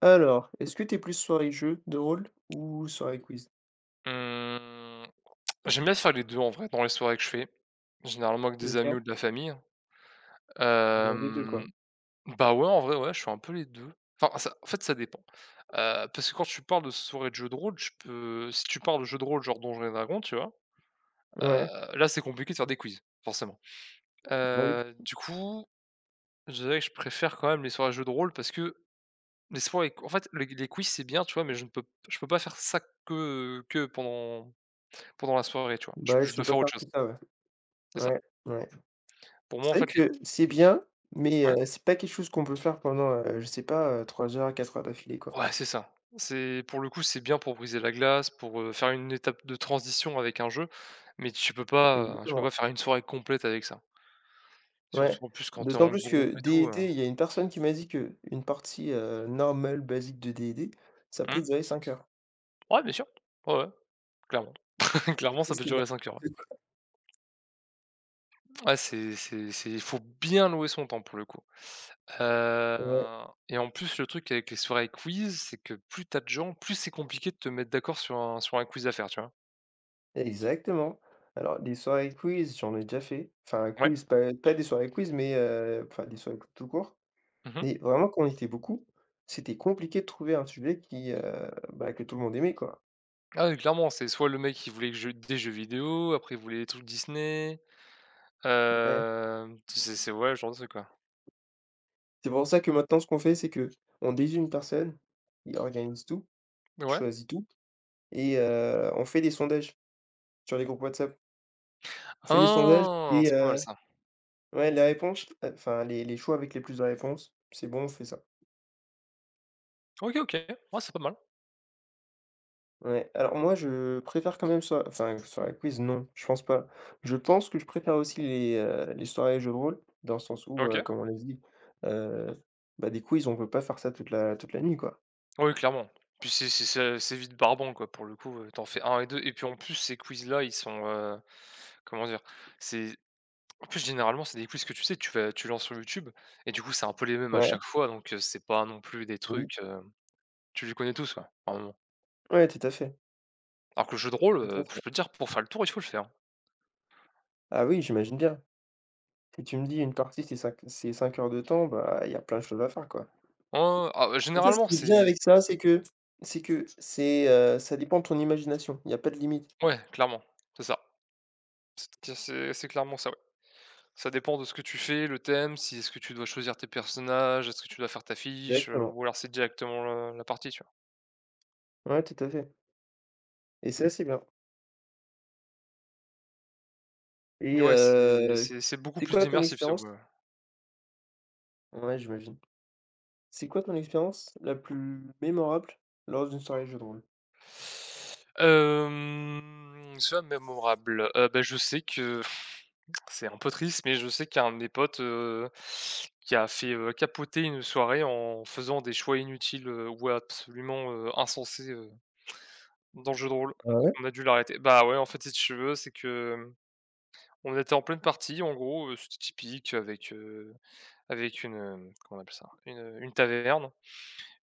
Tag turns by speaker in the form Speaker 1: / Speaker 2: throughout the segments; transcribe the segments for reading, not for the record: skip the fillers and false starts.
Speaker 1: Alors, est-ce que t'es es plus soirée jeux de rôle ou soirée quiz?
Speaker 2: Mmh, J'aime bien faire les 2 en vrai, dans les soirées que je fais, généralement avec des amis
Speaker 1: OK.
Speaker 2: ou de la famille, hein.
Speaker 1: Ouais, les 2
Speaker 2: Hem,
Speaker 1: quoi.
Speaker 2: Bah, ouais, en vrai, ouais, je fais un peu les 2 Enfin, ça en fait, ça dépend. Parce que quand tu parles de soirée de jeux de rôle, je peux si tu parles de jeux de rôle, genre Donjons& et Dragons, tu vois?
Speaker 1: Ouais,
Speaker 2: Là, c'est compliqué de faire des quiz, forcément.
Speaker 1: bah oui.
Speaker 2: Du coup, je dirais que je préfère quand même les soirées jeux de rôle parce que les soirées en fait, les quiz, c'est bien, tu vois? Mais je peux pas faire ça que pendant la soirée, tu vois? Je
Speaker 1: Bah ouais,
Speaker 2: je
Speaker 1: tu
Speaker 2: dois
Speaker 1: peux
Speaker 2: faire
Speaker 1: pas faire
Speaker 2: autre chose.
Speaker 1: tout ça, ouais.
Speaker 2: C'est ça.
Speaker 1: Ouais, ouais.
Speaker 2: Pour moi, en
Speaker 1: C'est vrai
Speaker 2: fait, les
Speaker 1: que c'est bien, mais
Speaker 2: ouais,
Speaker 1: c'est pas quelque chose qu'on peut faire pendant, je sais pas, 3 heures, 4 heures d'affilée, quoi.
Speaker 2: ouais, c'est ça. C'est pour le coup, c'est bien pour briser la glace, pour, faire une étape de transition avec un jeu, mais tu peux pas
Speaker 1: Exactement,
Speaker 2: faire une soirée complète avec ça.
Speaker 1: ouais.
Speaker 2: Surtout en plus quand t'es
Speaker 1: D'autant
Speaker 2: en
Speaker 1: plus
Speaker 2: groupe
Speaker 1: que
Speaker 2: et tout
Speaker 1: D&D, il y a une personne qui m'a dit que une partie, normale, basique de D&D, ça peut
Speaker 2: mmh.
Speaker 1: durer 5 heures.
Speaker 2: Ouais, bien sûr. Ouais, ouais, clairement. Clairement, ça peut
Speaker 1: C'est
Speaker 2: durer
Speaker 1: n'importe
Speaker 2: 5 heures, ouais.
Speaker 1: quoi.
Speaker 2: Ouais, c'est il faut bien louer son temps pour le coup.
Speaker 1: Ouais.
Speaker 2: Et en plus, le truc avec les soirées quiz, c'est que plus t'as de gens, plus c'est compliqué de te mettre d'accord sur un quiz à faire, tu vois?
Speaker 1: Exactement. Alors, des soirées quiz, j'en ai déjà fait. Enfin, un
Speaker 2: Ouais.
Speaker 1: quiz, pas des soirées quiz, mais enfin, des soirées tout court.
Speaker 2: Mmh.
Speaker 1: Mais vraiment, quand on était beaucoup, c'était compliqué de trouver un sujet qui, bah, que tout le monde aimait, quoi.
Speaker 2: Ah oui, clairement, c'est soit le mec, qui voulait que je des jeux vidéo, après il voulait des trucs Disney,
Speaker 1: Ouais.
Speaker 2: hem, c'est ouais, ce genre de truc, quoi.
Speaker 1: C'est pour ça que maintenant, ce qu'on fait, c'est que on désigne une personne, il organise tout, il
Speaker 2: Ouais.
Speaker 1: choisit tout et on fait des sondages sur les groupes WhatsApp. On fait des sondages
Speaker 2: Ah!
Speaker 1: et
Speaker 2: C'est pas mal ça.
Speaker 1: ouais, les réponses, enfin, les choix avec les plus de réponses, c'est bon, on fait ça.
Speaker 2: OK, OK. Ouais, c'est pas mal.
Speaker 1: Ouais, alors moi je préfère quand même enfin soirée quiz non, je pense pas. Je pense que je préfère aussi les soirées jeux de rôle, dans le sens où,
Speaker 2: OK.
Speaker 1: comme on l'a dit, heu, bah, des quiz, on peut pas faire ça toute la nuit, quoi.
Speaker 2: Oui, clairement. Puis c'est vite barbant, quoi, pour le coup, tu fais un et 2 et puis en plus ces quiz-là, ils sont, comment dire? C'est En plus généralement, c'est des quiz que tu sais, tu lances sur YouTube et du coup, c'est un peu les mêmes à
Speaker 1: Ouais,
Speaker 2: chaque fois donc, c'est pas non plus des
Speaker 1: oui,
Speaker 2: trucs, tu les connais tous, quoi par
Speaker 1: ouais, tout à fait,
Speaker 2: Alors que le jeu de rôle,
Speaker 1: tout
Speaker 2: heu,
Speaker 1: à
Speaker 2: je
Speaker 1: fait.
Speaker 2: peux te dire pour faire le tour, il faut le faire.
Speaker 1: Ah oui, j'imagine bien. Si tu me dis une partie c'est cinq heures de temps, bah, il y a plein de choses à faire, quoi.
Speaker 2: Ouais, ouais, ah, bah,
Speaker 1: En fait, ce
Speaker 2: généralement,
Speaker 1: qui est bien avec
Speaker 2: c'est
Speaker 1: ça, c'est que c'est ça dépend de ton imagination, il y a pas de limite.
Speaker 2: ouais, clairement, c'est ça. C'est clairement ça, ouais. Ça dépend de ce que tu fais, le thème, si est-ce que tu dois choisir tes personnages, est-ce que tu dois faire ta fiche,
Speaker 1: Exactement.
Speaker 2: ou alors c'est directement la partie, tu vois?
Speaker 1: Ouais, tout à fait et c'est assez bien.
Speaker 2: Mais
Speaker 1: Et
Speaker 2: ouais, c'est c'est c'est beaucoup
Speaker 1: c'est
Speaker 2: plus
Speaker 1: quoi ton
Speaker 2: immersif, ça,
Speaker 1: expérience,
Speaker 2: ouais.
Speaker 1: ouais, j'imagine. C'est quoi ton expérience la plus mémorable lors d'une soirée jeu de rôle?
Speaker 2: Soit mémorable, bah, je sais que c'est un peu triste, mais je sais qu'il y a un de mes potes, qui a fait, capoter une soirée en faisant des choix inutiles, ou absolument, insensés, dans le jeu de rôle,
Speaker 1: Ah
Speaker 2: et
Speaker 1: ouais?
Speaker 2: qu'on a dû l'arrêter. Bah, ouais, en fait, si tu veux, c'est que, on était en pleine partie, en gros, c'était typique avec, avec une, comment on appelle ça? Une, heu, une taverne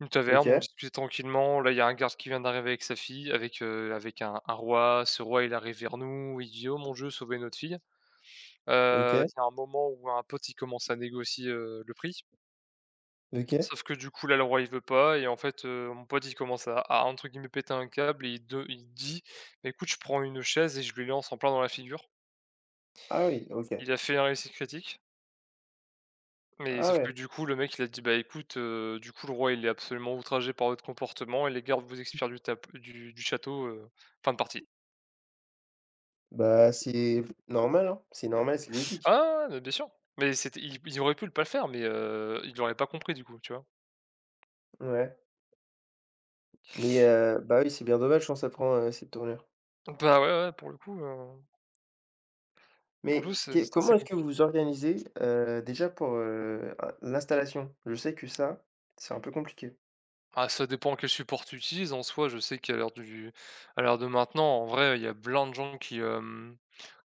Speaker 2: une taverne, on
Speaker 1: OK,
Speaker 2: discutait tranquillement. Là, il y a un garde qui vient d'arriver avec sa fille, avec, avec un roi. Ce roi, il arrive vers nous, il dit: «Oh mon Dieu, sauvez notre fille».
Speaker 1: OK,
Speaker 2: Il y a un moment où un pote, il commence à négocier, le prix.
Speaker 1: OK.
Speaker 2: Sauf que du coup là, le roi il veut pas et en fait, mon pote il commence à entre guillemets «péter un câble» et il dit: «Bah écoute, je prends une chaise et je lui lance en plein dans la figure».
Speaker 1: Ah oui, OK.
Speaker 2: Il a fait un récit critique, mais
Speaker 1: Ah
Speaker 2: sauf que
Speaker 1: ouais.
Speaker 2: du coup le mec il a dit: «Bah écoute, du coup le roi il est absolument outragé par votre comportement et les gardes vous expirent du tap du château, fin de partie».
Speaker 1: Bah, c'est normal, hein, c'est normal, c'est logique.
Speaker 2: Ah ouais, ouais, bien sûr, mais c'était il aurait pu le pas le faire, mais il l'aurait pas compris du coup, tu vois?
Speaker 1: Ouais. Mais bah, oui, c'est bien dommage quand ça prend, cette tournure.
Speaker 2: Bah ouais, ouais, pour le coup,
Speaker 1: Mais
Speaker 2: c'est
Speaker 1: que
Speaker 2: c'est assez
Speaker 1: comment est-ce que vous
Speaker 2: compliqué.
Speaker 1: vous organisez, déjà pour, a l'installation? Je sais que ça, c'est un peu compliqué.
Speaker 2: Ah, ça dépend quel support tu utilises. En soi, je sais qu'à l'heure de maintenant, en vrai, il y a plein de gens qui, hem,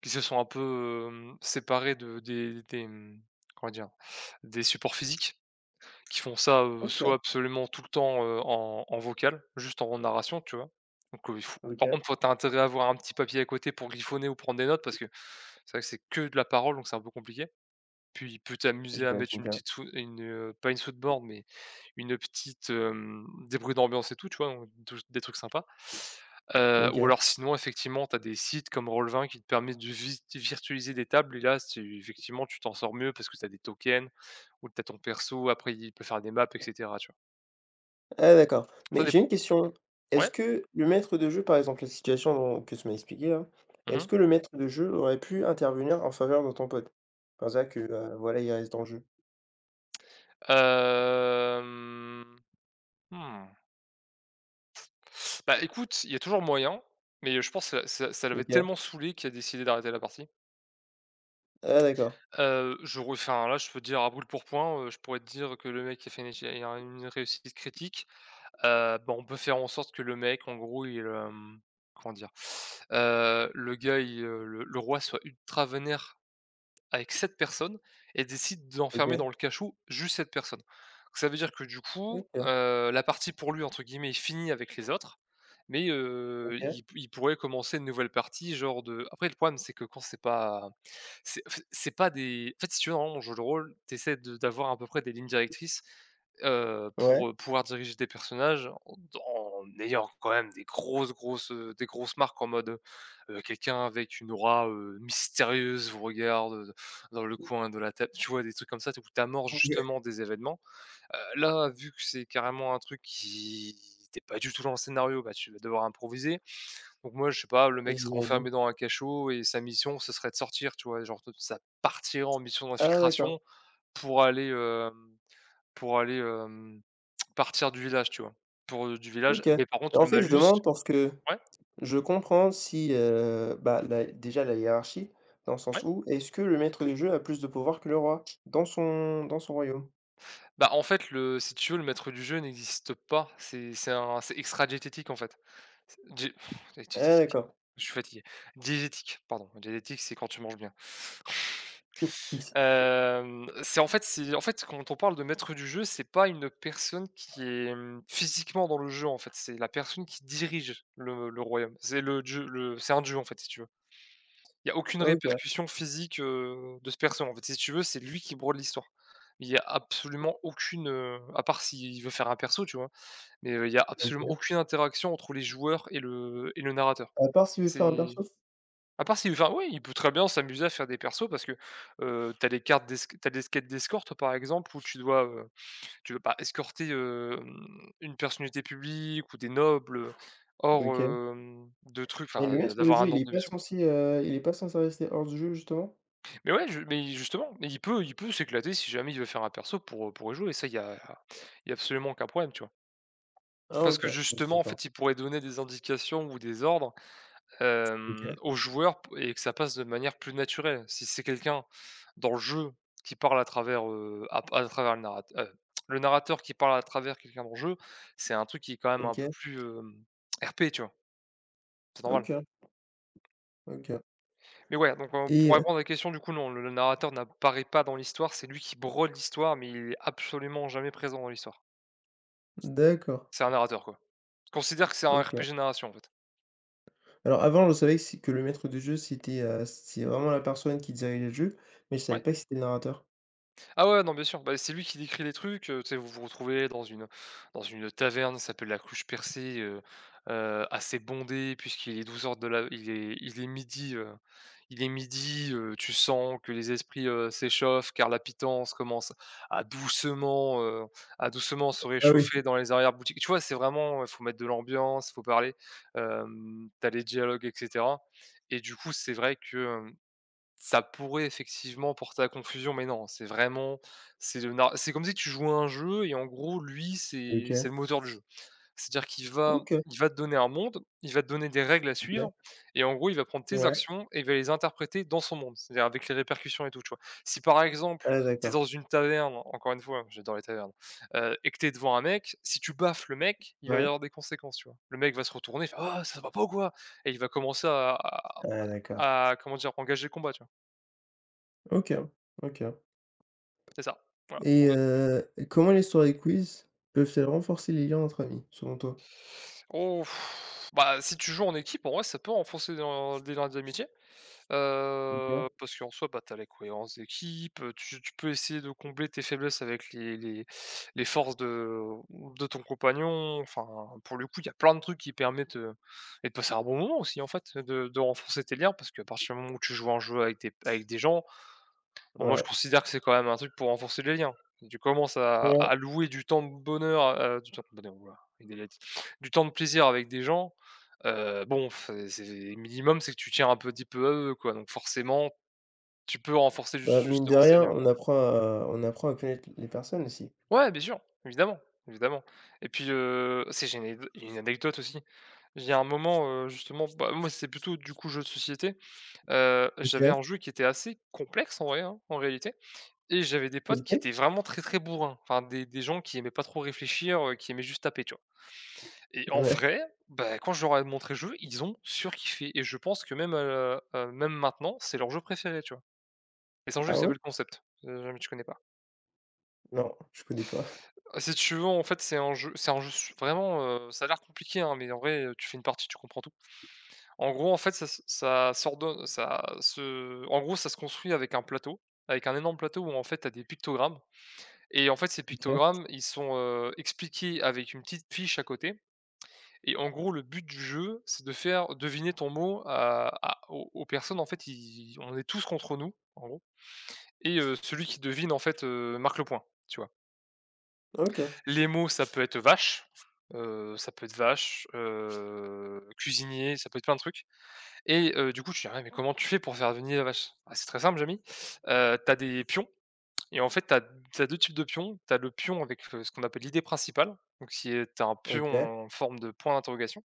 Speaker 2: qui se sont un peu, séparés de des des, comment dire? Des supports physiques, qui font ça,
Speaker 1: OK.
Speaker 2: soit absolument tout le temps, en vocal, juste en narration, tu vois? Donc, il faut
Speaker 1: OK,
Speaker 2: par contre, faut tu intérêt à avoir un petit papier à côté pour griffonner ou prendre des notes parce que c'est vrai que c'est que de la parole, donc c'est un peu compliqué. Puis il peut t'amuser à mettre
Speaker 1: j'imagine
Speaker 2: une
Speaker 1: bien.
Speaker 2: petite sou une, pas une soundboard, mais des bruits d'ambiance et tout, tu vois? Donc tou des trucs sympas. Ou
Speaker 1: OK.
Speaker 2: alors sinon effectivement, tu as des sites comme Roll 20 qui te permettent de vis virtualiser des tables et là, c'est effectivement, tu t'en sors mieux parce que tu as des tokens ou tu as ton perso, après il peut faire des maps et cetera, tu vois?
Speaker 1: Ah d'accord.
Speaker 2: Ça
Speaker 1: Mais j'ai
Speaker 2: dépend.
Speaker 1: une question.
Speaker 2: Ouais.
Speaker 1: Est-ce que le maître de jeu, par exemple, la situation dont que tu m'as expliquée là,
Speaker 2: Mmh
Speaker 1: est-ce
Speaker 2: mh.
Speaker 1: que le maître de jeu aurait pu intervenir en faveur de ton pote? Par ça que, voilà, il reste dans le jeu.
Speaker 2: Hem, mmh, Bah, écoute, il y a toujours moyen, mais je pense que ça l'avait
Speaker 1: OK.
Speaker 2: tellement saoulé qu'il a décidé d'arrêter la partie.
Speaker 1: Ah d'accord.
Speaker 2: Je re Enfin là, je peux dire à brûle pour point, je pourrais te dire que le mec, a fait une éche il a une réussite critique. Bah, on peut faire en sorte que le mec, en gros, il, comment dire? Le gars, le roi soit ultra vénère avec 7 personnes et décide d'enfermer dans le
Speaker 1: OK.
Speaker 2: cachot juste cette personne. Donc ça veut dire que du coup,
Speaker 1: OK.
Speaker 2: heu, la partie pour lui entre guillemets «est finie» avec les autres, mais
Speaker 1: OK.
Speaker 2: il pourrait commencer une nouvelle partie genre de après le problème c'est que quand c'est c'est pas des en fait si tu veux dans le jeu de rôle, t'essaies de d'avoir à peu près des lignes directrices,
Speaker 1: Ouais.
Speaker 2: pour, pouvoir diriger des personnages en ayant quand même des grosses, grosses, des grosses marques en mode, quelqu'un avec une aura, mystérieuse vous regarde, dans le coin de la tête, tu vois? Des trucs comme ça, t où tu amorces
Speaker 1: Ouais.
Speaker 2: justement des événements. Là, vu que c'est carrément un truc qui t'es pas du tout dans le scénario, bah, tu vas devoir improviser. Donc moi, je sais pas, le mec sera enfermé
Speaker 1: J'imagine.
Speaker 2: dans un cachot et sa mission, ce serait de sortir, tu vois? Genre, ça partira en mission
Speaker 1: Ah
Speaker 2: d'infiltration
Speaker 1: d'accord.
Speaker 2: pour aller, hem, pour aller, hem, partir du village, tu vois? Pour du village.
Speaker 1: OK.
Speaker 2: Mais par contre,
Speaker 1: Bah, en
Speaker 2: le
Speaker 1: fait, je
Speaker 2: malus.
Speaker 1: demande parce que
Speaker 2: Ouais,
Speaker 1: je comprends si, bah, la déjà la hiérarchie, dans le sens
Speaker 2: ouais.
Speaker 1: où, est-ce que le maître de jeu a plus de pouvoir que le roi dans son royaume?
Speaker 2: Bah, en fait, le si tu veux, le maître du jeu n'existe pas. C'est extra-diététique, en fait. Di
Speaker 1: Ah
Speaker 2: diététique,
Speaker 1: d'accord.
Speaker 2: je suis fatigué. Diégétique, pardon, diégétique, c'est quand tu manges bien. C'est en fait, quand on parle de maître du jeu, c'est pas une personne qui est, physiquement dans le jeu, en fait, c'est la personne qui dirige le royaume. C'est un dieu, en fait, si tu veux. Il y a aucune
Speaker 1: OK.
Speaker 2: répercussion physique, de ce perso, en fait. Si tu veux, c'est lui qui brode l'histoire. Il y a absolument aucune, à part s'il veut faire un perso, tu vois? Mais, il y a absolument
Speaker 1: OK.
Speaker 2: aucune interaction entre les joueurs et le narrateur.
Speaker 1: À part s'il veut faire un
Speaker 2: C'est
Speaker 1: perso?
Speaker 2: À part si enfin, oui, il peut très bien s'amuser à faire des persos parce que, tu des quêtes d'escorte, par exemple, où tu dois pas escorter, une personnalité publique ou des nobles, hors,
Speaker 1: OK.
Speaker 2: hem, de trucs,
Speaker 1: Et
Speaker 2: enfin,
Speaker 1: le
Speaker 2: heu,
Speaker 1: maître de
Speaker 2: d'avoir
Speaker 1: jeu,
Speaker 2: un
Speaker 1: il
Speaker 2: ordre
Speaker 1: est
Speaker 2: de
Speaker 1: pas
Speaker 2: mission.
Speaker 1: censé, il est pas censé rester hors du jeu, justement?
Speaker 2: Mais ouais, je mais justement, il peut s'éclater si jamais il veut faire un perso pour y jouer. Et ça, il y a absolument aucun problème, tu vois?
Speaker 1: Ah
Speaker 2: Parce
Speaker 1: OK.
Speaker 2: que
Speaker 1: OK,
Speaker 2: justement, en
Speaker 1: d'accord.
Speaker 2: fait, il pourrait donner des indications ou des ordres
Speaker 1: OK,
Speaker 2: aux joueurs p et que ça passe de manière plus naturelle. Si c'est quelqu'un dans le jeu qui parle à travers, à travers le narrateur qui parle à travers quelqu'un dans le jeu, c'est un truc qui est quand même un peu
Speaker 1: OK,
Speaker 2: plus, RP, tu vois? C'est normal.
Speaker 1: OK, OK
Speaker 2: Mais ouais, donc
Speaker 1: et
Speaker 2: pour répondre à la question, du coup, non, le narrateur n'apparaît pas dans l'histoire, c'est lui qui brode l'histoire, mais il est absolument jamais présent dans l'histoire.
Speaker 1: d'accord,
Speaker 2: C'est un narrateur, quoi. Je considère que c'est un
Speaker 1: OK.
Speaker 2: RPG narration, en fait.
Speaker 1: Alors avant, je savais que si que le maître de jeu, c'est vraiment la personne qui dirigeait le jeu, mais je savais
Speaker 2: Ouais.
Speaker 1: pas que c'était le narrateur.
Speaker 2: Ah ouais, non, bien sûr. Bah, c'est lui qui décrit les trucs, tu sais, vous vous retrouvez dans une taverne, ça s'appelle la Cruche Percée, assez bondée puisqu'il est douze heures de la il est midi tu sens que les esprits, s'échauffent car la pitance commence à doucement, heu, à doucement se
Speaker 1: Ah
Speaker 2: réchauffer
Speaker 1: oui.
Speaker 2: dans les arrières boutiques. Tu vois, c'est vraiment, faut mettre de l'ambiance, il faut parler, tu les dialogues et cetera, et du coup, c'est vrai que ça pourrait effectivement porter à confusion, mais non, c'est vraiment c'est le nar c'est comme si tu jouais à un jeu et en gros lui c'est
Speaker 1: OK,
Speaker 2: c'est le moteur du jeu. C'est-à-dire qu'il va
Speaker 1: OK, OK.
Speaker 2: il va te donner un monde, il va te donner des règles à suivre et en gros il va prendre tes
Speaker 1: Ouais.
Speaker 2: actions et il va les interpréter dans son monde, c'est-à-dire avec les répercussions et tout, tu vois? Si par exemple,
Speaker 1: Ah
Speaker 2: tu es
Speaker 1: d'accord.
Speaker 2: dans une taverne, encore une fois, hein, j'adore les tavernes, et que tu es devant un mec, si tu baffes le mec, il va y
Speaker 1: Ouais.
Speaker 2: avoir des conséquences, tu vois? Le mec va se retourner, il fait: «Ah ça va pas ou quoi?» Et il va commencer à à
Speaker 1: Ah d'accord.
Speaker 2: à comment dire? Engager le combat, tu vois?
Speaker 1: OK, OK
Speaker 2: C'est ça, voilà,
Speaker 1: et
Speaker 2: genre de truc.
Speaker 1: comment les soirées quiz peuvent-elles renforcer les liens entre amis, selon toi?
Speaker 2: Oh, pff, bah, si tu joues en équipe, en vrai, ça peut renforcer dans des liens d'amitié,
Speaker 1: OK.
Speaker 2: parce qu'en soi, bah, tu as la cohérence d'équipe, tu peux essayer de combler tes faiblesses avec les forces de ton compagnon. Enfin, pour le coup, il y a plein de trucs qui permettent, et de passer un bon moment aussi, en fait, de renforcer tes liens parce qu'à partir du moment où tu joues à un jeu avec tes avec des gens, bon, moi, je
Speaker 1: Ouais.
Speaker 2: considère que c'est quand même un truc pour renforcer les liens. Tu commences à
Speaker 1: Ouais.
Speaker 2: allouer du temps de bonheur, du temps de bonheur, ouh, avec des lettres, du temps de plaisir avec des gens, bon, c'est minimum, c'est que tu tiens un petit peu à eux, quoi, donc forcément, tu peux renforcer
Speaker 1: Bah, mine de
Speaker 2: justement ces
Speaker 1: rien,
Speaker 2: liens,
Speaker 1: on
Speaker 2: quoi.
Speaker 1: apprend à on apprend à connaître les personnes aussi.
Speaker 2: Ouais, bien sûr, évidemment, évidemment, et puis, si j'ai une anecdo une anecdote aussi. Il y a un moment, justement, bah, moi, c'est plutôt, du coup, jeu de société, j'avais un
Speaker 1: OK.
Speaker 2: jeu qui était assez complexe en vrai, hein, en réalité. Et j'avais des
Speaker 1: C'est
Speaker 2: potes qui
Speaker 1: lequel?
Speaker 2: étaient vraiment très, très bourrins, enfin des gens qui aimaient pas trop réfléchir, qui aimaient juste taper, tu vois? Et en
Speaker 1: Ouais.
Speaker 2: vrai, bah, quand je leur ai montré le jeu, ils ont surkiffé et je pense que même, même maintenant, c'est leur jeu préféré, tu vois? Et c'est un jeu
Speaker 1: Ah
Speaker 2: qui
Speaker 1: ouais?
Speaker 2: s'appelle Concept, si jamais tu connais pas.
Speaker 1: Non, je connais pas.
Speaker 2: Ah, si tu veux, en fait, c'est un jeu su vraiment, ça a l'air compliqué, hein, mais en vrai, tu fais une partie, tu comprends tout. En gros, en fait, ça se ça s'ordonne ça se en gros, ça se construit avec un plateau, avec un énorme plateau où, en fait, t'as des pictogrammes. Et en fait, ces
Speaker 1: OK.
Speaker 2: pictogrammes, ils sont, expliqués avec une petite fiche à côté et en gros, le but du jeu, c'est de faire deviner ton mot à aux aux personnes. En fait, ils on est tous contre nous, en gros, et celui qui devine, en fait, marque le point, tu vois?
Speaker 1: OK.
Speaker 2: Les mots, ça peut être vache, ça peut être vache, cuisinier, ça peut être plein de trucs. Et du coup, tu dis: «Ah, ouais, mais comment tu fais pour faire deviner la vache?» «Ah, c'est très simple, Jamy, tu des pions.» Et en fait, tu types de pions. Tu as le pion avec, ce qu'on appelle l'idée principale, donc qui est tu un
Speaker 1: OK,
Speaker 2: pion en forme de point d'interrogation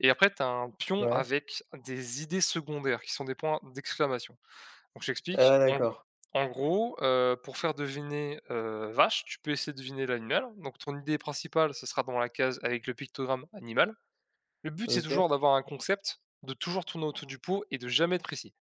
Speaker 2: et après tu as un pion
Speaker 1: ouais.
Speaker 2: avec des idées secondaires qui sont des points d'exclamation. Donc j'explique.
Speaker 1: Ah d'accord.
Speaker 2: En gros, pour faire deviner, vache, tu peux essayer de deviner l'animal. Donc ton idée principale, ce sera dans la case avec le pictogramme animal. Le but, c'est
Speaker 1: OK.
Speaker 2: toujours d'avoir un concept, de toujours tourner autour du pot et de jamais être précis,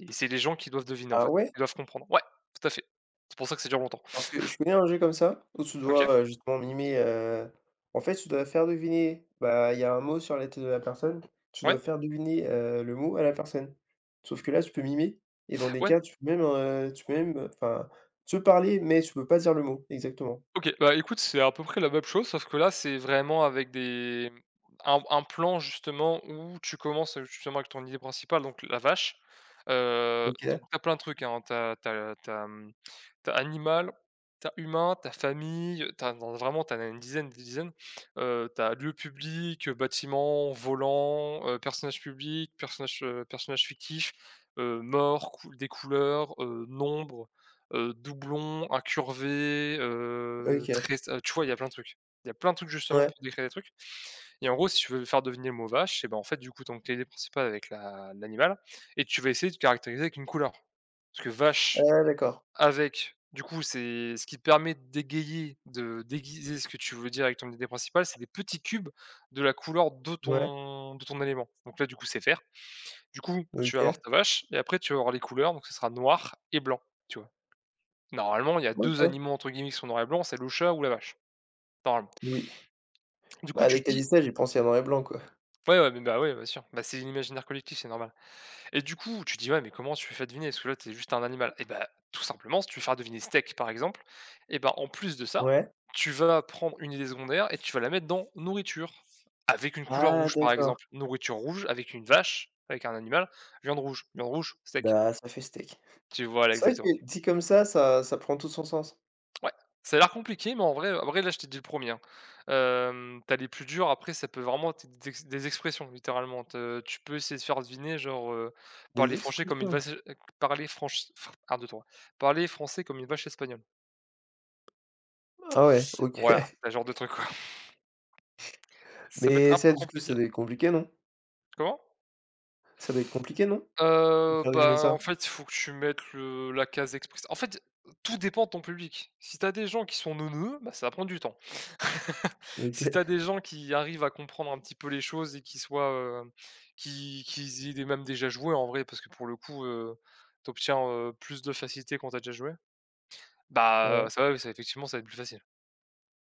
Speaker 2: et c'est les gens qui doivent deviner, en
Speaker 1: Ah
Speaker 2: fait.
Speaker 1: ouais?
Speaker 2: Ils doivent comprendre. Ouais, tout à fait. C'est pour ça que ça dure longtemps.
Speaker 1: Parce que je connais un jeu comme ça où tu
Speaker 2: OK?
Speaker 1: dois, justement mimer, en fait, tu dois faire deviner, bah, il y a un mot sur la tête de la personne, tu dois
Speaker 2: Ouais,
Speaker 1: faire deviner, le mot à la personne. Sauf que là, tu peux mimer et dans des
Speaker 2: ouais,
Speaker 1: cas, tu peux même, enfin, tu peux parler, mais tu peux pas dire le mot exactement.
Speaker 2: OK. Bah, écoute, c'est à peu près la même chose, sauf que là, c'est vraiment avec des un plan justement où tu commences, justement avec ton idée principale, donc la vache.
Speaker 1: OK,
Speaker 2: Donc t'as plein de trucs, hein. T'as t'as t'as as tu mmh, animal, t'as humain, t'as famille, T'as as vraiment, tu as une dizaine, des dizaines. Tu lieu public, bâtiment, volant, personnage public, personnage, personnage fictif, mort, cou des couleurs, nombre, doublons, incurvés,
Speaker 1: OK.
Speaker 2: très s tu vois, il y a plein de trucs. Il y a plein de trucs justement
Speaker 1: Ouais.
Speaker 2: pour décrire des trucs, et en gros, si tu veux faire deviner le mot vache, et ben, en fait, du coup, tu as une principale avec la l'animal et tu vas essayer de caractériser avec une couleur. Parce que vache,
Speaker 1: Ah d'accord.
Speaker 2: avec du coup, c'est ce qui te permet d'égayer, de déguiser ce que tu veux dire avec ton idée principale, c'est des petits cubes de la couleur
Speaker 1: Ouais.
Speaker 2: de ton élément. Donc là, du coup, c'est vert. Du coup, tu vas avoir
Speaker 1: OK.
Speaker 2: ta vache et après tu vas avoir les couleurs, donc ce sera noir et blanc, tu vois? Normalement, il y a 2
Speaker 1: OK.
Speaker 2: animaux entre guillemets qui sont noirs et blancs, c'est le chat ou la vache, normalement.
Speaker 1: Oui.
Speaker 2: Du
Speaker 1: Bah,
Speaker 2: coup, tu
Speaker 1: avec
Speaker 2: te
Speaker 1: tu as
Speaker 2: dis
Speaker 1: dit ça, j'ai pensé à noir et blanc, quoi.
Speaker 2: ouais, ouais, mais bah, ouais, bien sûr, bah, c'est l'imaginaire collectif, c'est normal, et du coup, tu te dis: «Ouais, mais comment tu fais deviner? Parce que là, t'es juste un animal.» Et bah, tout simplement, si tu veux faire deviner steak, par exemple, et ben, en plus de ça,
Speaker 1: Ouais.
Speaker 2: tu vas prendre une idée secondaire et tu vas la mettre dans nourriture, avec une couleur
Speaker 1: Ah
Speaker 2: rouge, par
Speaker 1: d'accord.
Speaker 2: exemple. Nourriture rouge avec une vache, avec un animal, viande rouge, steak.
Speaker 1: Bah, ça fait steak.
Speaker 2: Tu vois? Là,
Speaker 1: C'est vrai
Speaker 2: exactement.
Speaker 1: que dit comme ça, ça prend tout son sens.
Speaker 2: Ouais, ça a l'air compliqué, mais en vrai, là, je t'ai dit le premier. Er Hein. Hem, tu les plus durs, après, ça peut vraiment être des expressions, littéralement. Te Tu peux essayer de faire deviner, genre,
Speaker 1: Des
Speaker 2: «Parler français comme une
Speaker 1: expressions.
Speaker 2: vache es», «Parler franch» fr 1, 2, 3. «Parler français comme une vache espagnole».
Speaker 1: Ah ouais, OK.
Speaker 2: Voilà, c'est genre de truc, quoi. Ça peut être
Speaker 1: Mais
Speaker 2: un
Speaker 1: ça,
Speaker 2: peu
Speaker 1: du coup,
Speaker 2: compliqué.
Speaker 1: ça doit être compliqué, non?
Speaker 2: Comment?
Speaker 1: Ça doit être compliqué, non? De faire deviner
Speaker 2: Bah,
Speaker 1: ça?
Speaker 2: en fait, il faut que tu mettes le la case express. En fait, tout dépend de ton public. Si t'as des gens qui sont neuneux, bah, ça va prendre du temps. Si
Speaker 1: OK.
Speaker 2: t'as des gens qui arrivent à comprendre un petit peu les choses et qui soient, qui qu'ils y aient même déjà joué en vrai, parce que pour le coup, tu obtiens, plus de facilité quand t'as déjà joué, bah,
Speaker 1: Ouais.
Speaker 2: ça va, oui, ça effectivement, ça va être plus facile.